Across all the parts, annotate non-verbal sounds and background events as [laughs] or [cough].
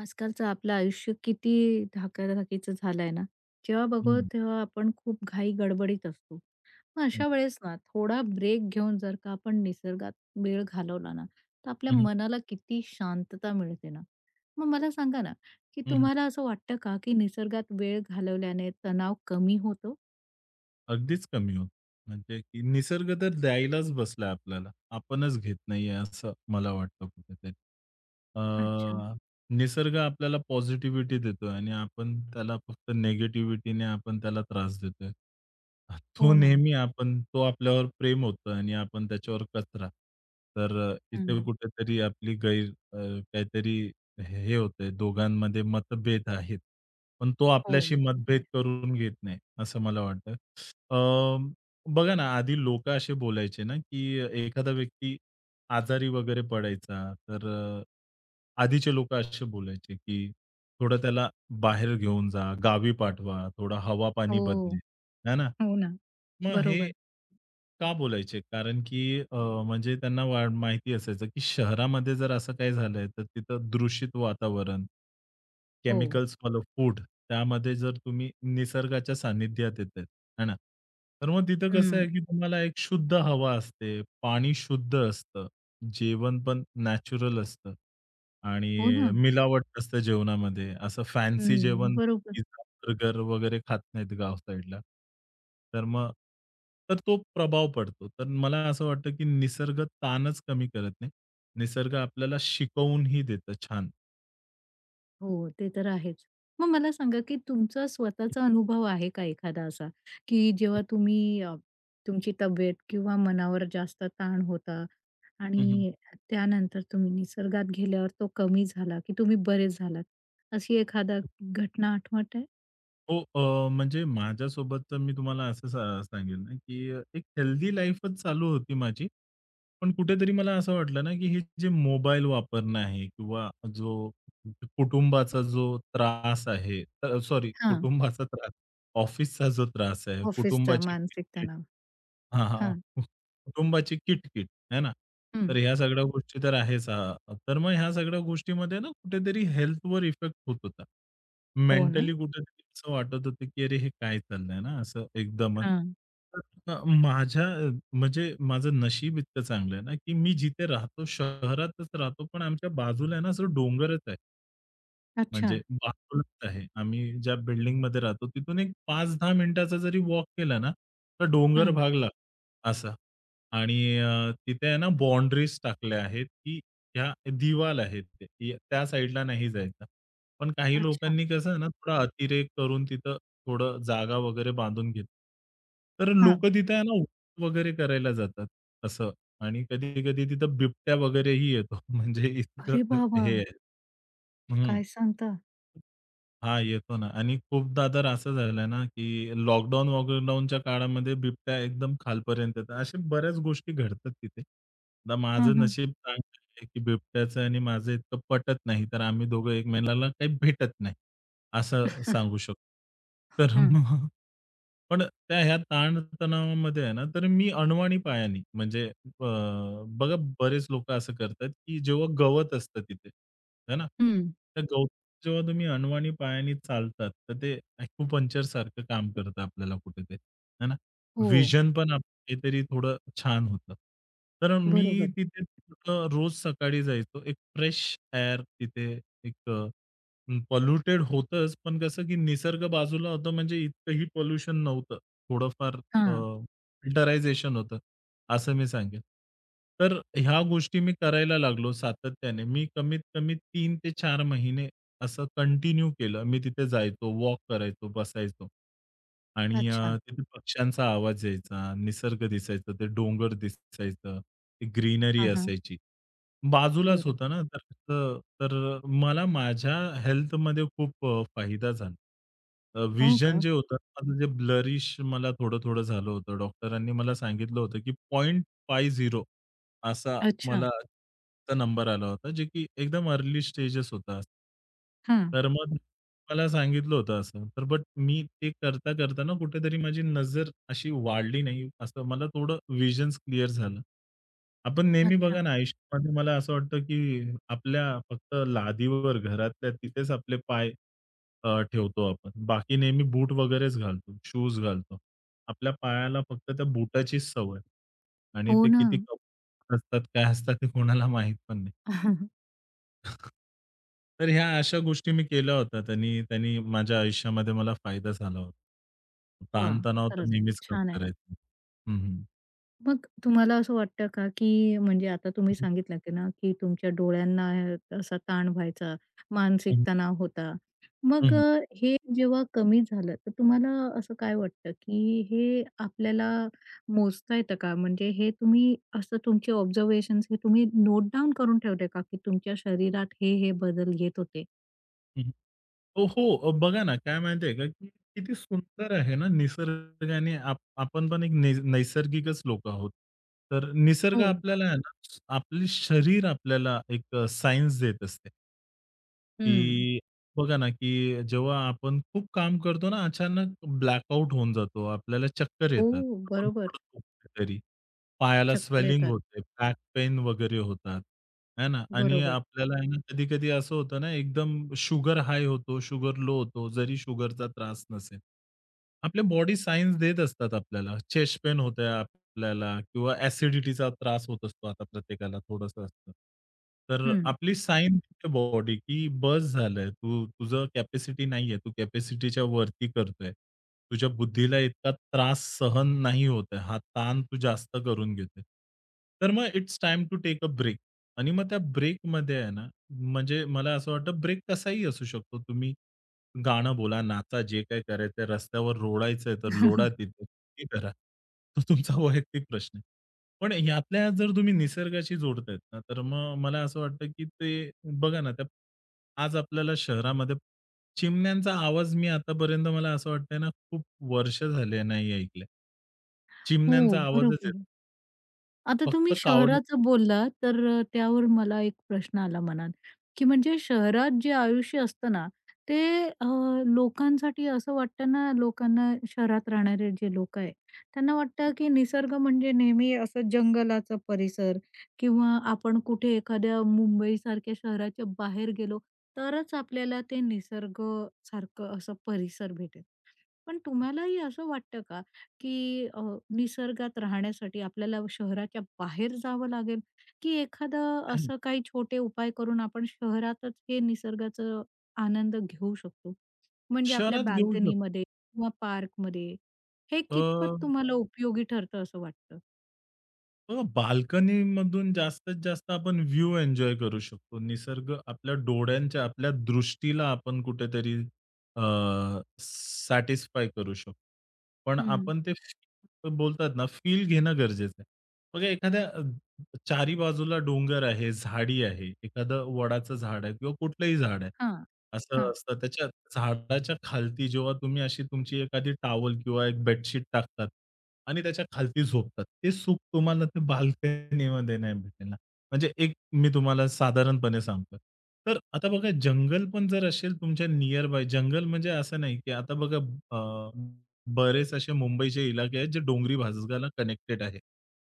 आजकालचं आपलं आयुष्य किती धाकाधाकीचं झालंय ना. जेव्हा बघू हं, तेव्हा आपण खूप घाई गडबडीत असतो. मग हं, अशा वेळेस ना थोडा ब्रेक घेऊन जर का आपण निसर्गात वेळ घालवला ना, तर आपल्या हं, मनाला किती शांतता मिळते ना. मग मला सांगा ना, की हं. तुम्हाला असं वाटतं का, की निसर्गात वेळ घालवल्याने तणाव कमी होतो? अगदीच कमी होतं. म्हणजे की निसर्ग तर द्यायलाच बसलाय आपल्याला. आपणच घेत नाहीये असं मला वाटतं कुठेतरी. अच्छा. अ, निसर्ग आपल्याला पॉझिटिव्हिटी देतोय आणि आपण त्याला फक्त निगेटिव्हिटीने आपण त्याला त्रास देतोय. तो हो ना. नेहमी आपण तो आपल्यावर प्रेम होतोय आणि आपण त्याच्यावर कचरा. तर इथे हं. कुठेतरी आपली गैर काहीतरी हे हे होतंय, दोघांमध्ये मतभेद आहेत. पण तो हो, आपल्याशी ते तर मतभेद आहे. करून घेत नाही, असं मला वाटतं. अ, बघा ना, आधी लोकं असे बोलायचे ना, की एखादा व्यक्ती आजारी वगैरे पडायचा, तर आधीचे लोकं असे बोलायचे, की थोडं त्याला बाहेर घेऊन जा, गावी पाठवा, थोडा हवा-पाणी हो, बदलेल, है ना? हो ना. मग हे बरोबर. का बोलायचे? कारण की म्हणजे त्यांना वा माहिती असायचं, की शहरामध्ये जर असं काही झालंय, तर तिथं दूषित वातावरण, हो. केमिकल्सवालं फूड, त्यामध्ये जर तुम्ही निसर्गाच्या सानिध्यात येताय, है ना? तर मग तिथं कसं आहे, हं. की तुम्हाला एक शुद्ध हवा असते, पाणी शुद्ध असतं. जेवण पण नॅचरल असतं हो आणि ना. मिलावट असतं जेवणामध्ये. असं फॅन्सी हं. जेवण बरोबर. पिझ्झा, बर्गर वगैरे खात नाहीत गाव साइडला. तर मग तर तो प्रभाव पडतो. तर मला असं वाटतं की निसर्ग ताणच कमी करत नाही. निसर्ग आपल्याला शिकवूनही देतं छान. हो, ते तर आहेच. मग मला सांगा, की तुमचा स्वतःचा [laughs] अनुभव आहे का एखादा असा, की जेव्हा तुम्ही तुमची तब्येत किंवा मनावर जास्त ताण होता हं, हं. आणि त्यानंतर तुम्ही निसर्गात गेल्यावर तो कमी झाला, की तुम्ही बरे झालात, अशी एखादा घटना आठवत आहे? हो, म्हणजे माझ्यासोबत तर मी तुम्हाला असं सा सांगेल ना, की एक हेल्दी लाईफच चालू होती माझी. पण कुठेतरी मला असं वाटलं ना, की हे जे मोबाईल वापरणं आहे किंवा जो कुटुंबाचा जो त्रास आहे, सॉरी हां, कुटुंबाचा त्रास, ऑफिसचा जो त्रास आहे, ऑफिसचा कुटुंबाची मानसिक तणाव. हां, हां. हां, कुटुंबाची किटकिट, है ना? तर हं. ह्या सगळ्या गोष्टी तर आहेच. हां, तर मग ह्या सगळ्या गोष्टीमध्ये ना कुठेतरी हेल्थवर इफेक्ट होत होता. हो ना? मेंटली कुठेतरी असं वाटत होतं, की अरे हे काय चाललंय ना असं एकदमच. हां. तर माझ्या म्हणजे माझं नशीब इतकं चांगलं आहे ना, की मी जिथे राहतो शहरातच राहतो, पण आमच्या बाजूला आहे ना असं डोंगरच आहे. अच्छा. म्हणजे बाजूलाच आहे. आम्ही ज्या बिल्डिंगमध्ये राहतो तिथून एक 5-10 मिनिटाचा जरी वॉक केला ना, तर डोंगर हं. भाग लागतो असा. आणि तिथे आहे ना बाउंडरीज टाकल्या आहेत, की ह्या दिवाल आहेत ते. या त्या साइडला नाही जायचं. पण काही अच्छा. लोकांनी कसं आहे ना, थोडा अतिरेक करून तिथं थोडं जागा वगैरे बांधून घेतली. तर हां. लोकं तिथे आहे ना वॉक वगैरे करायला जातात असं. आणि कधी-कधी तिथं बिबट्या वगैरेही येतो. [laughs] म्हणजे अरे इतकं बाबा! हे आहे. काय सांगता? हां, येतो ना आणि खूपदा तर असं झालंय ना, की लॉकडाऊन वॉकडाऊनच्या काळामध्ये बिबट्या एकदम खालपर्यंत येतात. अशा बऱ्याच गोष्टी घडतात तिथे. आता हं, माझं हं. नशीब चांगलं आहे, की बिबट्याचं आणि माझं इतकं पटत नाही, तर आम्ही दोघं एकमेकाला काही भेटत नाही, असं सांगू [laughs] शकतो. तर हं. मग पण त्या ह्या ताणतणावामध्ये आहे ना, तर मी अनवाणी पायानी म्हणजे अ, बघा बरेच लोकं असं करतात, की जेव्हा गवत असतं तिथे, है ना? हं. त्या गवताच्या जेव्हा तुम्ही अनवाणी पायाने चालतात, तर ते ॲक्युपंक्चर सारखं काम करतं आपल्याला कुठेतरी, है ना? हो, व्हिजन पण आपलं काहीतरी थोडं छान होतं. तर मी बरोबर. तिथे रोज सकाळी जायचो. एक फ्रेश एअर तिथे एक पोल्युटेड होतंच, पण कसं की निसर्ग बाजूला होतं म्हणजे इतकंही पोल्युशन नव्हतं. थोडंफार हां. फिल्टरायझेशन होतं, असं मी सांगेन. तर ह्या गोष्टी मी करायला लागलो सातत्याने. मी कमीत कमी 3 ते 4 महिने असं कंटिन्यू केलं. मी तिथे जायचो, वॉक करायचो, बसायचो. आणि अच्छा. तिथे पक्ष्यांचा आवाज यायचा, निसर्ग दिसायचा, ते डोंगर दिसायचं, ती ग्रीनरी हां, हां. असायची. बाजूलाच बरं. होता ना, तर मला माझ्या हेल्थमध्ये खूप फायदा झाला. अ, हो का? जे होतं माझं जे ब्लरिश मला थोडं-थोडं झालं होतं. डॉक्टरांनी मला सांगितलं होतं, की 0.50 असा अच्छा. मला चा नंबर आला होता, जे की एकदम अर्ली स्टेजेस होता. हं. तर मग मला सांगितलं होतं असं. तर बट मी ते करता, करता ना कुठेतरी माझी नजर अशी वाढली नाही, असं मला थोडं व्हिजन्स क्लिअर झालं. आपण नेहमी बघा अच्छा. ना आयुष्यामध्ये मला असं वाटतं, की आपल्या फक्त लादीवर घरातल्या तिथेच आपले पाय ठेवतो आपण. बाकी नेहमी बूट वगैरेच घालतो, शूज घालतो. आपल्या पायाला फक्त त्या बुटाचीच सवय आणि हो ते ना. किती असतात, काय असतात ते कोणाला माहीत पण नाही. [laughs] तर ह्या अशा गोष्टी मी केल्या होत्या आणि त्यांनी माझ्या आयुष्यामध्ये मला फायदा झाला होता. वाह! ताण-तणाव तर खरंच खूप नेहमीच कमी छान आहे. करायचा. हं, हं. मग तुम्हाला असं वाटतं का, की म्हणजे आता तुम्ही सांगितलं की ना, की तुमच्या डोळ्यांना असा ताण व्हायचा, हं, मानसिक हं. तणाव होता. मग हं, हे जेव्हा कमी झालं, तर तुम्हाला असं काय वाटतं, की हे आपल्याला मोजता येतं का? म्हणजे हे तुम्ही असं तुमचे ऑब्झर्वेशन्स हे तुम्ही नोट डाउन करून ठेवले का, की तुमच्या शरीरात हे बदल येत होते? हं. हो, हो. बघा ना, काय माहिती आहे का, की किती सुंदर आहे ना निसर्गाने आप आपण पण एक नै नैसर्गिकच लोकं आहोत. तर निसर्ग हो. आपल्याला आहे ना, आपले शरीर आपल्याला एक सायन्स देत असते. हं. की बघा ना, की जेव्हा आपण खूप काम करतो ना, अचानक ब्लॅकआउट होऊन जातो. आपल्याला चक्कर हो, येतात. आपण बरोबर. [unintelligible] पायाला चक्कर स्वेलिंग येतात. होते, बॅक पेन वगैरे होतात, है ना? आणि बरोबर. आपल्याला आहे ना, कधी-कधी असं होतं ना, एकदम शुगर हाय होतो, शुगर लो होतो, जरी शुगरचा त्रास नसेल. आपल्या बॉडी सायन्स देत असतात आपल्याला. चेस्ट पेन होतंय आपल्याला किंवा ॲसिडिटीचा त्रास होत असतो आता प्रत्येकाला थोडंसं असतं. तर हं. आपली साईन तिथे बॉडी की बस झालंय. तू तुझं कॅपॅसिटी नाहीये. तू कॅपॅसिटीच्या वरती करतोय. तुझ्या बुद्धीला इतका त्रास सहन नाही होत आहे. हा ताण तू जास्त करून घेतोय. तर मग it's time to take a break आणि मग त्या ब्रेकमध्ये आहे ना, म्हणजे मला असं वाटतं ब्रेक कसाही असू शकतो. तुम्ही गाणं बोला, नाचा, जे काही करायचंय. रस्त्यावर रोडायचंय तर लोडा [laughs] तिथे, ते करा. तो तुमचा [laughs] वैयक्तिक प्रश्न आहे. पण यातल्या यात जर तुम्ही निसर्गाशी जोडतायत ना, तर मग मला असं वाटतं, की ते बघा ना, त्या आज आपल्याला शहरामध्ये चिमण्यांचा आवाज मी आतापर्यंत मला असं वाटतंय ना, खूप वर्ष झाले नाही ऐकले. हो, चिमण्यांचा आवाजच आहे. बरोबर. आता फक्त तुम्ही कावळे शहराचं बोललात, तर त्यावर मला एक प्रश्न आला मनात, की म्हणजे शहरात जे आयुष्य असतं ना, ते अ, लोकांसाठी असं वाटतं ना, लोकांना शहरात राहणारे जे लोक आहे, त्यांना वाटतं की निसर्ग म्हणजे नेहमी असं जंगलाचा परिसर किंवा आपण कुठे एखाद्या मुंबईसारख्या शहराच्या बाहेर गेलो, तरच आपल्याला ते निसर्गसारखं असं परिसर भेटेल. पण तुम्हालाही असं वाटतं का, की निसर्गात राहण्यासाठी आपल्याला शहराच्या बाहेर जावं लागेल, की एखादं नाही, असं काही छोटे उपाय करून आपण शहरातच हे निसर्गाचं आनंद घेऊ शकतो? म्हणजे आपल्या शहरात घेऊ शकतो. बाल्कनीमध्ये किंवा पार्कमध्ये. हे कितपत तुम्हाला उपयोगी ठरतं असं वाटतं? बाल्कनीमधून जास्तीत जास्त आपण व्ह्यू एन्जॉय करू शकतो. निसर्ग आपल्या डोळ्यांच्या, आपल्या दृष्टीला आपण कुठेतरी अ, सॅटिस्फाय करू शकतो. पण हं. आपण ते [laughs] feel बोलतात ना, फील घेणं गरजेचं आहे. बघा एखाद्या चारी बाजूला डोंगर आहे, झाडी आहे, एखादं वडाचं झाड आहे किंवा कुठलंही झाड आहे. हां, असं हां. असतं त्याच्या झाडाच्या खालती जेव्हा तुम्ही अशी तुमची एखादी टॉवेल किंवा एक बेडशीट टाकतात आणि त्याच्या खालती झोपतात. ते सुख तुम्हाला ते बाल्कनीमध्ये नाही भेटणार. म्हणजे एक मी तुम्हाला साधारणपणे सांगतोय. तर आता बघा जंगल पण जर असेल तुमच्या नियर बाय जंगल म्हणजे असं नाही, की आता बघा अ, बरेच असे मुंबईचे इलाके आहेत जे डोंगरी भागाला कनेक्टेड आहे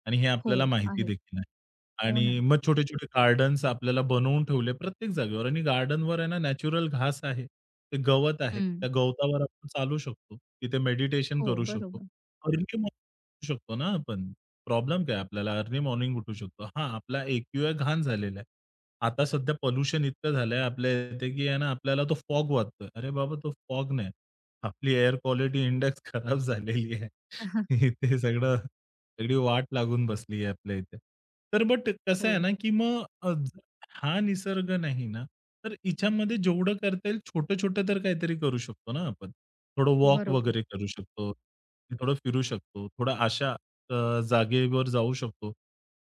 आणि हे हो. आपल्याला माहिती आहे. देखील आहे. हो ना. आणि मग छोटे-छोटे गार्डन्स आपल्याला बनवून ठेवले प्रत्येक जागेवर आणि गार्डनवर आहे ना नॅचरल घास आहे. ते गवत आहे. हं. त्या गवतावर आपण चालू शकतो. तिथे मेडिटेशन हो, करू शकतो. बरोबर. अर्ली शकतो ना आपण. प्रॉब्लेम काय आपल्याला? अर्ली मॉर्निंग उठू शकतो. हां, आपला एक्यूआय घाण झालेला आहे. आता सध्या पोल्युशन इतकं झालंय आपल्या इथे, की आहे ना आपल्याला तो फॉग वाटतोय. अरे बाबा, तो फॉग नाही. आपली एअर क्वालिटी इंडेक्स [laughs] खराब झालेली आहे. [laughs] [laughs] इथे सगळं सगळी वाट लागून बसली आहे आपल्या इथे. तर बट कसं हो. आहे ना, की मग हा निसर्ग नाही ना, तर हिच्यामध्ये जेवढं करता येईल छोटं-छोटं तर काहीतरी करू शकतो ना आपण. थोडं वॉक बरोबर. वगैरे करू शकतो. थोडं फिरू शकतो. थोड़ा अशा जागेवर जाऊ शकतो,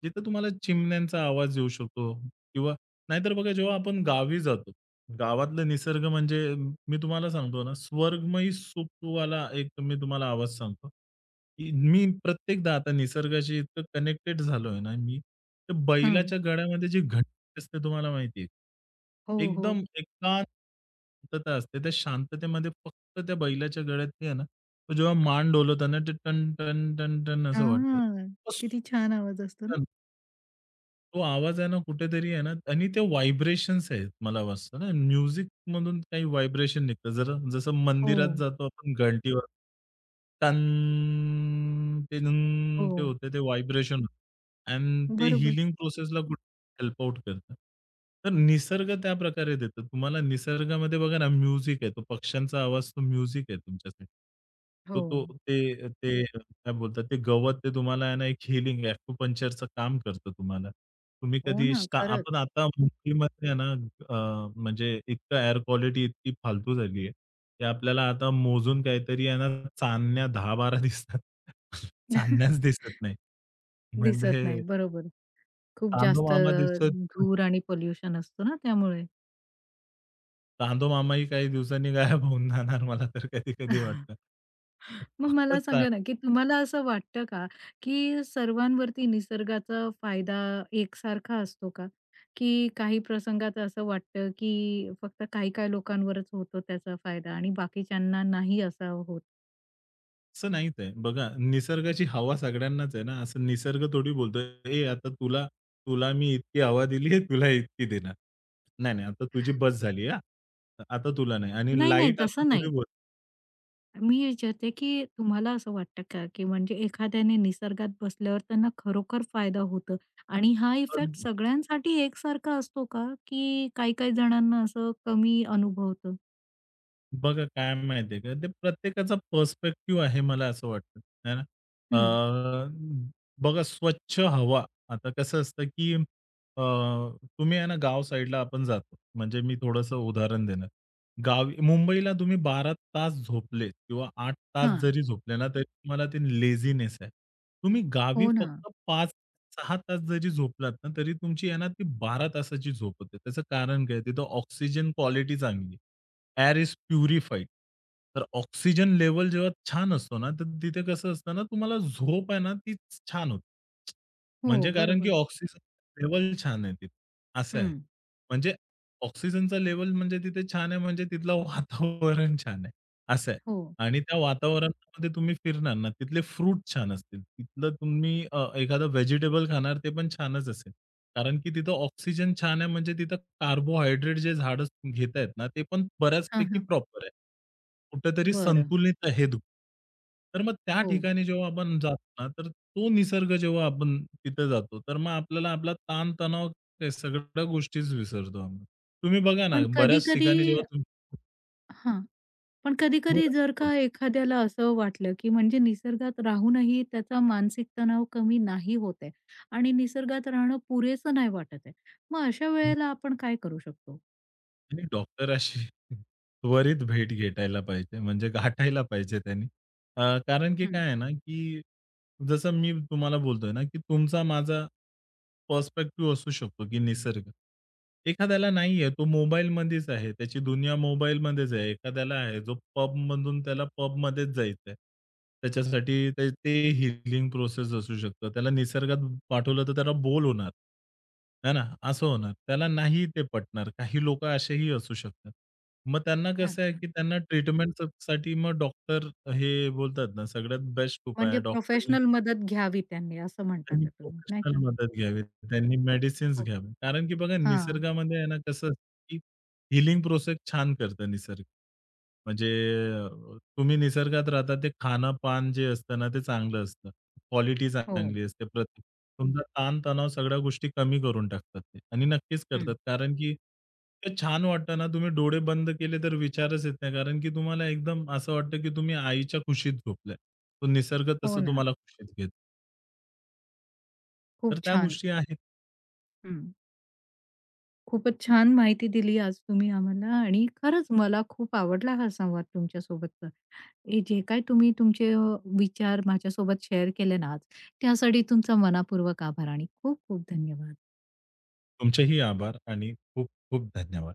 जिथे तुम्हाला चिमण्यांचा आवाज येऊ शकतो किंवा नाहीतर बघा जेव्हा आपण गावी जातो, गावातला निसर्ग म्हणजे म- मी तुम्हाला सांगतो ना, स्वर्गमयी सुखवाला एक मी तुम्हाला आवाज सांगतो, की मी प्रत्येकदा आता निसर्गाशी इतकं कनेक्टेड झालोय ना मी, तर हां. बैलाच्या गळ्यामध्ये जी घंटी असते तुम्हाला माहिती आहे? हो, एकदम हो. एकांतता असते. त्या शांततेमध्ये फक्त त्या बैलाच्या गळ्यात ते आहे ना तो जेव्हा मान डोलवताना ते टन, टन, टन, टन असं वाटतं. हां. तो स किती छान आवाज असतो ना? टन तो आवाज आहे ना कुठेतरी आहे ना आणि ते व्हायब्रेशन्स आहेत मला वाटतं ना म्युझिकमधून काही व्हायब्रेशन निघतं. जरा जसं हो, मंदिरात जातो आपण घंटीवर टन, टिन ते हो. होते ते व्हायब्रेशन अँड ते बरोबर. हीलिंग प्रोसेसला हेल्प आउट करतं. तर निसर्ग त्या प्रकारे देतो. तुम्हाला निसर्गामध्ये बघा ना म्युझिक आहे. तो पक्ष्यांचा आवाज तो म्युझिक आहे तुमच्यासाठी. तो हो. तो ते ते काय बोलतात ते गवत ते तुम्हाला आहे ना एक हीलिंग ॲक्युपंक्चरचं काम करतं तुम्हाला. तुम्ही हो कधी ना, स्टा खरंच. आपण आता मुंबईमध्ये आहे ना म्हणजे इतकं एअर क्वालिटी इतकी फालतू झाली आहे, की आपल्याला आता मोजून काहीतरी आहे ना चांदण्या 10-12 दिसतात. [laughs] चांदण्याच [laughs] दिसत नाही. दिसत नाही. म्हणजे बरोबर. खूप जास्त चांदोमामा दिसत धूर आणि पोल्युशन असतो ना त्यामुळे. चांदो मामाही काही दिवसांनी गायब होऊन जाणार मला तर कधी-कधी वाटतं. [laughs] मग फक्त मला ता सांगा ना, की तुम्हाला असं वाटतं का, की सर्वांवरती निसर्गाचा फायदा एकसारखा असतो का? की काही प्रसंगात असं वाटतं, की फक्त काही-काही लोकांवरच होतो त्याचा फायदा आणि बाकीच्यांना नाही असा होत? असं नाहीच आहे. बघा निसर्गाची हवा सगळ्यांनाच आहे ना, असं निसर्ग थोडी बोलतोय, "ए आता तुला तुला मी इतकी हवा दिली आहे, तुला इतकी देणार. नाही, नाही आता तुझी बस झाली हां. आता तुला नाही." आणि नाही, नाही, लाईट असं तसं थोडी नाही. मी विचारते, की तुम्हाला असं वाटतं का, की म्हणजे एखाद्याने निसर्गात बसल्यावर त्यांना खरोखर फायदा होतो आणि हा इफेक्ट बोलतो सगळ्यांसाठी एकसारखा असतो का? की काही-काही जणांना असं कमी अनुभवतं? बघा काय माहिती आहे का, ते प्रत्येकाचा पर्स्पेक्टिव्ह आहे मला असं वाटतं, है ना. हं, अ, बघा स्वच्छ हवा, आता कसं असतं की अ, तुम्ही आहे ना गाव साइडला आपण जातो. म्हणजे मी थोडंसं उदाहरण देणार. गावी मुंबईला तुम्ही 12 तास झोपले किंवा 8 तास हां. जरी झोपले ना, तरी तुम्हाला ते लेझीनेस आहे. तुम्ही गावी हो ना. फक्त 5-6 तास जरी झोपलात ना, तरी तुमची आहे ना ती 12 तासाची झोप होते. त्याचं कारण काय? तिथं ऑक्सिजन क्वालिटी चांगली आहे. Air is purified. तर ऑक्सिजन लेव्हल जेव्हा छान असतो ना, तर तिथे कसं असतं ना, तुम्हाला झोप आहे ना, ती छान होते. हो, म्हणजे कारण की बरोबर. ऑक्सिजन लेव्हल छान आहे तिथे, असं आहे. हं. म्हणजे ऑक्सिजनचा लेव्हल म्हणजे तिथे छान आहे, म्हणजे तिथलं वातावरण छान आहे, असं आहे. हो. आणि त्या वातावरणामध्ये तुम्ही फिरणार ना, तिथले फ्रूट छान असतील. तिथलं तुम्ही एखादं व्हेजिटेबल खाणार, ते पण छानच असेल. कारण की तिथं ऑक्सिजन छान आहे, म्हणजे तिथं कार्बोहायड्रेट जे झाडं घेतायत ना, ते पण हां, बऱ्याचपैकी हां. प्रॉपर आहे. कुठेतरी बरं. संतुलित आहे दूध. तर मग त्या हो. ठिकाणी जेव्हा आपण जातो ना, तर तो निसर्ग जेव्हा आपण तिथे जातो, तर मग आपल्याला आपला ताण ते सगळ्या गोष्टीच विसरतो आम्ही. तुम्ही बघा ना, पण बऱ्याच कधी-कधी ठिकाणी जेव्हा तुम्ही हां. पण कधी-कधी बोला, जर का बोला. एखाद्याला असं वाटलं, की म्हणजे निसर्गात राहूनही त्याचा मानसिक तणाव कमी नाही होत आहे आणि निसर्गात राहणं पुरेसं नाही वाटत आहे. मग अशा वेळेला आपण काय करू शकतो? आणि डॉक्टराशी त्वरित भेट घेटायला पाहिजे, म्हणजे गाठायला पाहिजे त्यांनी. कारण की काय हं, आहे ना, की जसं मी तुम्हाला बोलतोय ना, की तुमचा माझा पर्स्पेक्टिव्ह असू शकतो, की निसर्ग. एखाद्याला नाहीये, तो मोबाईलमध्येच आहे. त्याची दुनिया मोबाईलमध्येच आहे. एखाद्याला आहे, जो पबमधून त्याला पबमध्येच जायचंय. त्याच्यासाठी ते ते हीलिंग प्रोसेस असू शकतं. त्याला निसर्गात पाठवलं तर त्याला बोर होणार. है ना? असं होणार. त्याला नाही ते पटणार. काही लोकं असेही असू शकतात. मग त्यांना कसं आहे, अच्छा. की त्यांना ट्रीटमेंटसाठी मग डॉक्टर हे बोलतात ना, सगळ्यात बेस्ट उपाय आहे. म्हणजे डॉक्टरनी प्रोफेशनल मदत घ्यावी त्यांनी असं म्हणतात त्यांनी आहे तुम्ही, नाही प्रोफेशनल का? मदत घ्यावी. त्यांनी मेडिसिन्स हो. घ्यावे. कारण की बघा हां. निसर्गामध्ये आहे ना कसं असतं, की हीलिंग प्रोसेस छान करतं निसर्ग. म्हणजे अ, तुम्ही निसर्गात राहता ते खाणं-पान जे असतं ना ते चांगलं असतं. क्वालिटी हो. चांगली असते. प्रत्येक तुमचा ताण सगळ्या गोष्टी कमी करून टाकतात ते आणि नक्कीच हं. करतात. कारण की ते छान वाटतं ना तुम्ही डोळे बंद केले तर विचारच येत नाही. कारण की तुम्हाला एकदम असं वाटतं, की तुम्ही आईच्या कुशीत झोपलाय. तो निसर्ग हो तसं ना. तुम्हाला कुशीत घेतो. तर खूप त्या छान. गोष्टी आहेत. हं. खूपच छान माहिती दिली आज तुम्ही आम्हाला आणि खरंच मला खूप आवडला हा संवाद तुमच्यासोबतचा. हे जे काही तुम्ही तुमचे विचार माझ्यासोबत शेअर केले ना आज, त्यासाठी तुमचा मनापूर्वक आभार आणि खूप खूप धन्यवाद. तुमचेही आभार आणि खूप खूप धन्यवाद.